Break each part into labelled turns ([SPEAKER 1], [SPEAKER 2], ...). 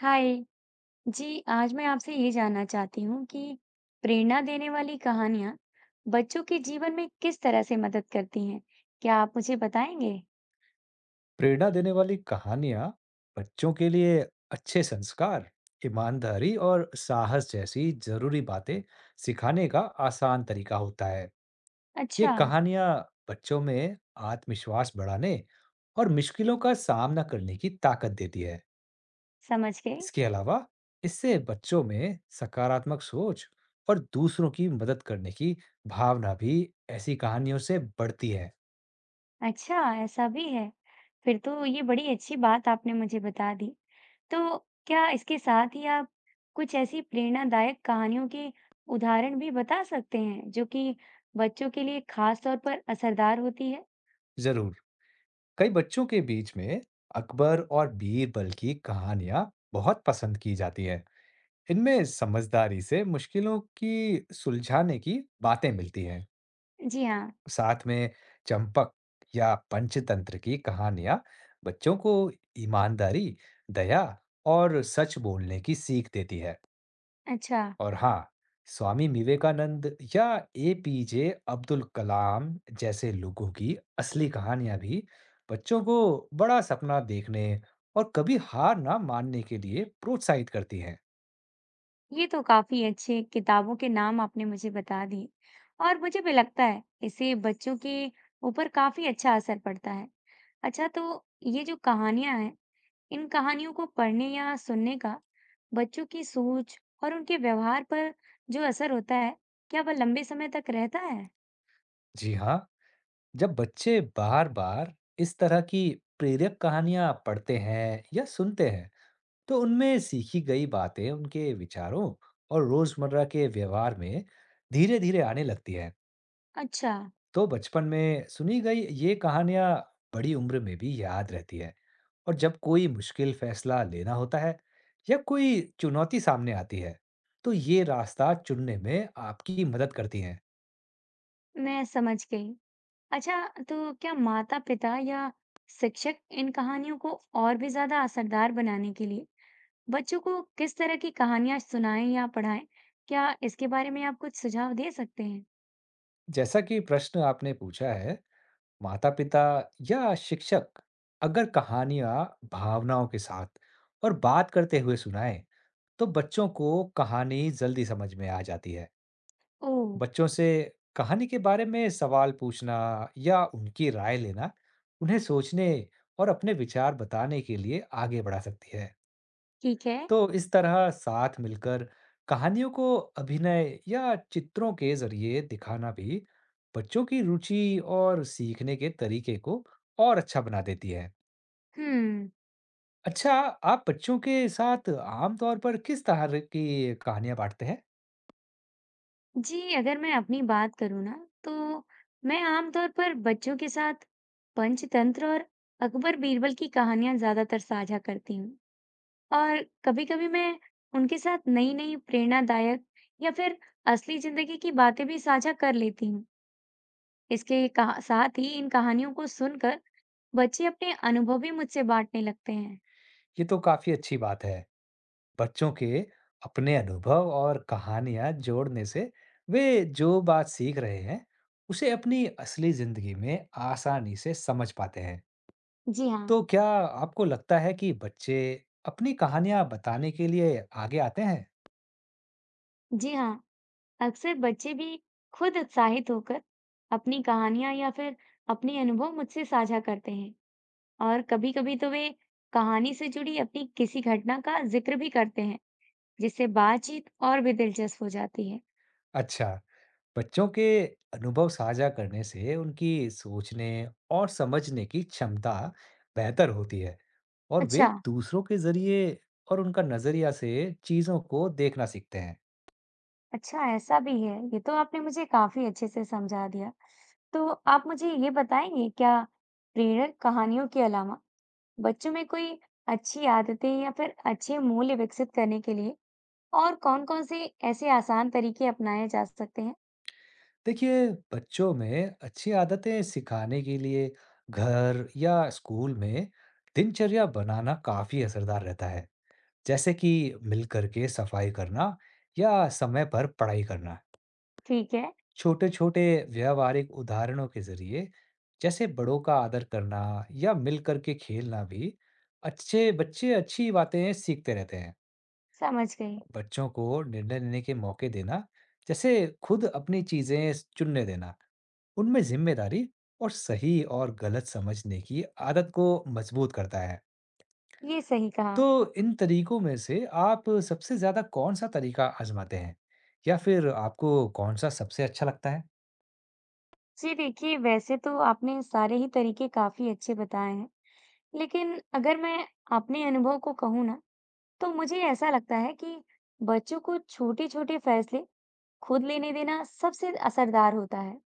[SPEAKER 1] हाय जी, आज मैं आपसे ये जानना चाहती हूँ कि प्रेरणा देने वाली कहानियाँ बच्चों के जीवन में किस तरह से मदद करती हैं? क्या आप मुझे बताएंगे?
[SPEAKER 2] प्रेरणा देने वाली कहानियां बच्चों के लिए अच्छे संस्कार, ईमानदारी और साहस जैसी जरूरी बातें सिखाने का आसान तरीका होता है। ये
[SPEAKER 1] अच्छा,
[SPEAKER 2] कहानियां बच्चों में आत्मविश्वास बढ़ाने और मुश्किलों का सामना करने की ताकत देती है।
[SPEAKER 1] समझ गई।
[SPEAKER 2] इसके अलावा इससे बच्चों में सकारात्मक सोच और दूसरों की मदद करने की भावना भी ऐसी कहानियों से बढ़ती है।
[SPEAKER 1] अच्छा, ऐसा भी है। फिर तो ये बड़ी अच्छी बात आपने मुझे बता दी। तो क्या इसके साथ ही आप कुछ ऐसी प्रेरणादायक कहानियों के उदाहरण भी बता सकते हैं जो कि बच्चों के लिए खास तौर पर असरदार होती है?
[SPEAKER 2] जरूर। कई बच्चों के बीच में अकबर और बीरबल की कहानियां बहुत पसंद की जाती हैं। इनमें समझदारी से मुश्किलों की सुलझाने की बातें मिलती हैं।
[SPEAKER 1] जी हाँ,
[SPEAKER 2] साथ में चंपक या पंचतंत्र की कहानियां बच्चों को ईमानदारी, दया और सच बोलने की सीख देती है।
[SPEAKER 1] अच्छा।
[SPEAKER 2] और हाँ, स्वामी विवेकानंद या एपीजे अब्दुल कलाम जैसे लोगों की असली कहानियां भी बच्चों को बड़ा सपना देखने और कभी हार ना मानने के लिए प्रोत्साहित करती हैं।
[SPEAKER 1] ये तो काफी अच्छे किताबों के नाम आपने मुझे बता दिए और मुझे भी लगता है इससे बच्चों के ऊपर काफी अच्छा असर पड़ता है। अच्छा, तो ये जो कहानियां हैं, इन कहानियों को पढ़ने या सुनने का बच्चों की सोच और उनके व्यवहार पर जो असर होता है, क्या वह लंबे समय तक रहता है?
[SPEAKER 2] जी हाँ, जब बच्चे बार-बार इस तरह की प्रेरक कहानियां पढ़ते हैं या सुनते हैं, तो उनमें सीखी गई बातें उनके विचारों और रोजमर्रा के व्यवहार में धीरे-धीरे आने लगती हैं।
[SPEAKER 1] अच्छा,
[SPEAKER 2] तो बचपन में सुनी गई ये कहानियां बड़ी उम्र में भी याद रहती है, और जब कोई मुश्किल फैसला लेना होता है या कोई चुनौती सामने आती है, तो ये रास्ता चुनने में आपकी मदद करती हैं।
[SPEAKER 1] मैं समझ गई। अच्छा, तो क्या माता पिता या शिक्षक इन कहानियों को और भी ज्यादा असरदार बनाने के लिए बच्चों को किस तरह की कहानियां सुनाएं या पढ़ाएं? क्या इसके बारे में आप कुछ सुझाव दे सकते हैं?
[SPEAKER 2] जैसा कि प्रश्न आपने पूछा है, माता-पिता या शिक्षक अगर कहानियां भावनाओं के साथ और बात करते हुए सुनाएं, तो बच्चों को कहानी जल्दी समझ में आ जाती है।
[SPEAKER 1] ओह,
[SPEAKER 2] बच्चों से कहानी के बारे में सवाल पूछना या उनकी राय लेना उन्हें सोचने और अपने विचार बताने के लिए आगे बढ़ा सकती है।
[SPEAKER 1] ठीक है।
[SPEAKER 2] तो इस तरह साथ मिलकर कहानियों को अभिनय या चित्रों के जरिए दिखाना भी बच्चों की रुचि और सीखने के तरीके को और अच्छा बना देती है।
[SPEAKER 1] हम्म,
[SPEAKER 2] अच्छा, आप बच्चों के साथ आमतौर पर किस तरह की कहानियां बांटते हैं?
[SPEAKER 1] जी, अगर मैं अपनी बात करूँ ना, तो मैं आमतौर पर बच्चों के साथ पंचतंत्र और अकबर-बीरबल की कहानियां ज्यादातर साझा करती हूँ। और कभी-कभी मैं उनके साथ नई-नई प्रेरणादायक या फिर असली जिंदगी की बातें भी साझा कर लेती हूँ। इसके कहा साथ ही इन कहानियों को सुनकर बच्चे अपने अनुभव भी मुझसे बांटने लगते हैं।
[SPEAKER 2] ये तो काफी अच्छी बात है। बच्चों के अपने अनुभव और कहानियां जोड़ने से वे जो बात सीख रहे हैं उसे अपनी असली जिंदगी में आसानी से समझ पाते हैं।
[SPEAKER 1] जी हाँ,
[SPEAKER 2] तो क्या आपको लगता है कि बच्चे अपनी कहानियां बताने के लिए आगे आते हैं?
[SPEAKER 1] जी हाँ। अक्सर बच्चे भी खुद उत्साहित होकर अपनी कहानियाँ या फिर अपने अनुभव मुझसे साझा करते हैं और कभी-कभी तो वे कहानी से जुड़ी अपनी किसी घटना का जिक्र भी करते हैं, जिससे बातचीत और भी दिलचस्प हो जाती है।
[SPEAKER 2] अच्छा, बच्चों के अनुभव साझा करने से उनकी सोचने और समझने की क्षमता बेहतर होती है, और वे
[SPEAKER 1] अच्छा,
[SPEAKER 2] दूसरों के जरिए और उनका नजरिया से चीजों को देखना सीखते हैं।
[SPEAKER 1] अच्छा ऐसा भी है। ये तो आपने मुझे काफ़ी अच्छे से समझा दिया। तो आप मुझे ये बताएंगे क्या प्रेरक कहानियों के अलावा बच्चों में कोई अच्छी आदतें या फिर अच्छे मूल्य विकसित करने के लिए और कौन-कौन से ऐसे आसान तरीके अपनाए जा सकते हैं?
[SPEAKER 2] देखिए, बच्चों में अच्छी आदतें सिखाने के लिए घर या स्कूल में दिनचर्या बनाना काफी असरदार रहता है, जैसे कि मिलकर के सफाई करना या समय पर पढ़ाई करना।
[SPEAKER 1] ठीक है,
[SPEAKER 2] छोटे छोटे व्यवहारिक उदाहरणों के जरिए, जैसे बड़ों का आदर करना या मिलकर के खेलना भी, अच्छे बच्चे अच्छी बातें सीखते रहते हैं।
[SPEAKER 1] समझ गई।
[SPEAKER 2] बच्चों को निर्णय लेने के मौके देना, जैसे खुद अपनी चीजें चुनने देना, उनमें ज़िम्मेदारी और सही और गलत समझने की आदत को मजबूत करता है।
[SPEAKER 1] ये सही
[SPEAKER 2] तो
[SPEAKER 1] कहा।
[SPEAKER 2] इन तरीकों में से आप सबसे ज़्यादा कौन-सा तरीका आज़माते हैं? या फिर आपको कौन-सा सबसे अच्छा लगता है?
[SPEAKER 1] जी देखिए, वैसे तो आपने सारे ही तरीके काफी अच्छे बताए हैं, लेकिन अगर मैं अपने अनुभव को कहूँ ना, तो मुझे ऐसा लगता है कि बच्चों को छोटे-छोटे फैसले खुद लेने देना सबसे असरदार होता है।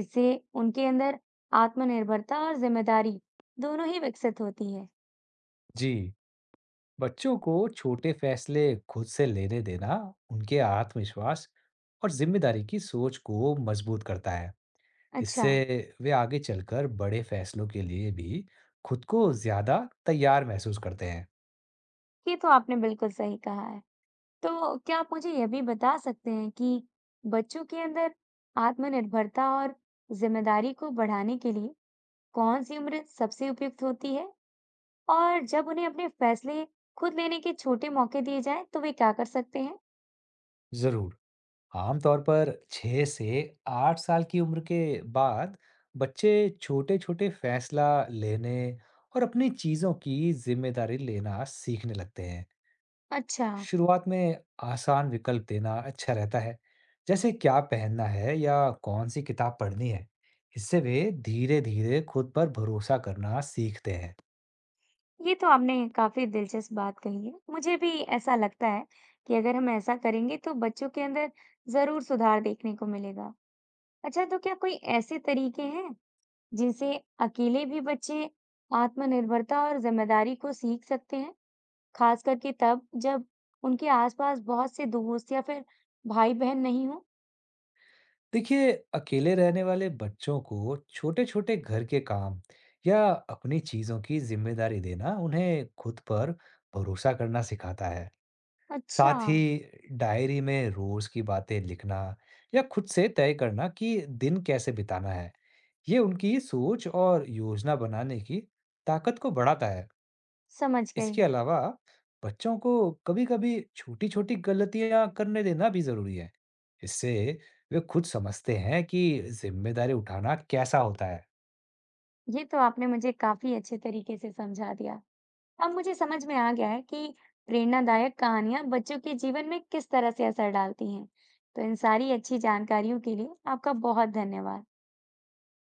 [SPEAKER 1] इससे उनके अंदर आत्मनिर्भरता और जिम्मेदारी दोनों ही विकसित होती है।
[SPEAKER 2] जी, बच्चों को छोटे फैसले खुद से लेने देना उनके आत्मविश्वास और ज़िम्मेदारी की सोच को मजबूत करता है।
[SPEAKER 1] अच्छा,
[SPEAKER 2] इससे वे आगे चलकर बड़े फैसलों के लिए भी खुद को ज़्यादा तैयार महसूस करते हैं।
[SPEAKER 1] ये तो आपने बिल्कुल सही कहा है। तो क्या आप मुझे यह भी बता सकते हैं कि बच्चों के अंदर आत्मनिर्भरता और जिम्मेदारी को बढ़ाने के लिए कौन सी उम्र सबसे उपयुक्त होती है? और जब उन्हें अपने फैसले खुद लेने के छोटे मौके दिए जाएं, तो वे क्या कर सकते हैं?
[SPEAKER 2] ज़रूर। आमतौर पर 6 से 8 साल की उम्र के बाद बच्चे छोटे-छोटे फैसला लेने और अपनी चीज़ों की जिम्मेदारी लेना सीखने लगते हैं।
[SPEAKER 1] अच्छा,
[SPEAKER 2] शुरुआत में आसान विकल्प देना अच्छा रहता है, जैसे क्या पहनना है या कौन सी किताब पढ़नी है। इससे वे धीरे-धीरे खुद पर भरोसा करना सीखते हैं।
[SPEAKER 1] ये तो आपने काफी दिलचस्प बात कही है। मुझे भी ऐसा लगता है कि अगर हम ऐसा करेंगे तो बच्चों के अंदर जरूर सुधार देखने को मिलेगा। अच्छा, तो क्या कोई ऐसे तरीके हैं जिनसे अकेले भी बच्चे आत्मनिर्भरता और जिम्मेदारी को सीख सकते हैं, खास करके तब जब उनके आसपास बहुत से दोस्त या फिर भाई-बहन नहीं हो?
[SPEAKER 2] देखिए, अकेले रहने वाले बच्चों को छोटे छोटे घर के काम या अपनी चीजों की जिम्मेदारी देना उन्हें खुद पर भरोसा करना सिखाता है।
[SPEAKER 1] अच्छा,
[SPEAKER 2] साथ ही, डायरी में रोज की बातें लिखना या खुद से तय करना कि दिन कैसे बिताना है, ये उनकी सोच और योजना बनाने की ताकत को बढ़ाता है।
[SPEAKER 1] समझ गई।
[SPEAKER 2] इसके अलावा बच्चों को कभी-कभी छोटी-छोटी गलतियां करने देना भी जरूरी है। इससे वे खुद समझते हैं कि जिम्मेदारी उठाना कैसा होता है।
[SPEAKER 1] ये तो आपने मुझे काफी अच्छे तरीके से समझा दिया। अब मुझे समझ में आ गया है कि प्रेरणादायक कहानियां बच्चों के जीवन में किस तरह से असर डालती हैं। तो इन सारी अच्छी जानकारियों के लिए आपका बहुत धन्यवाद।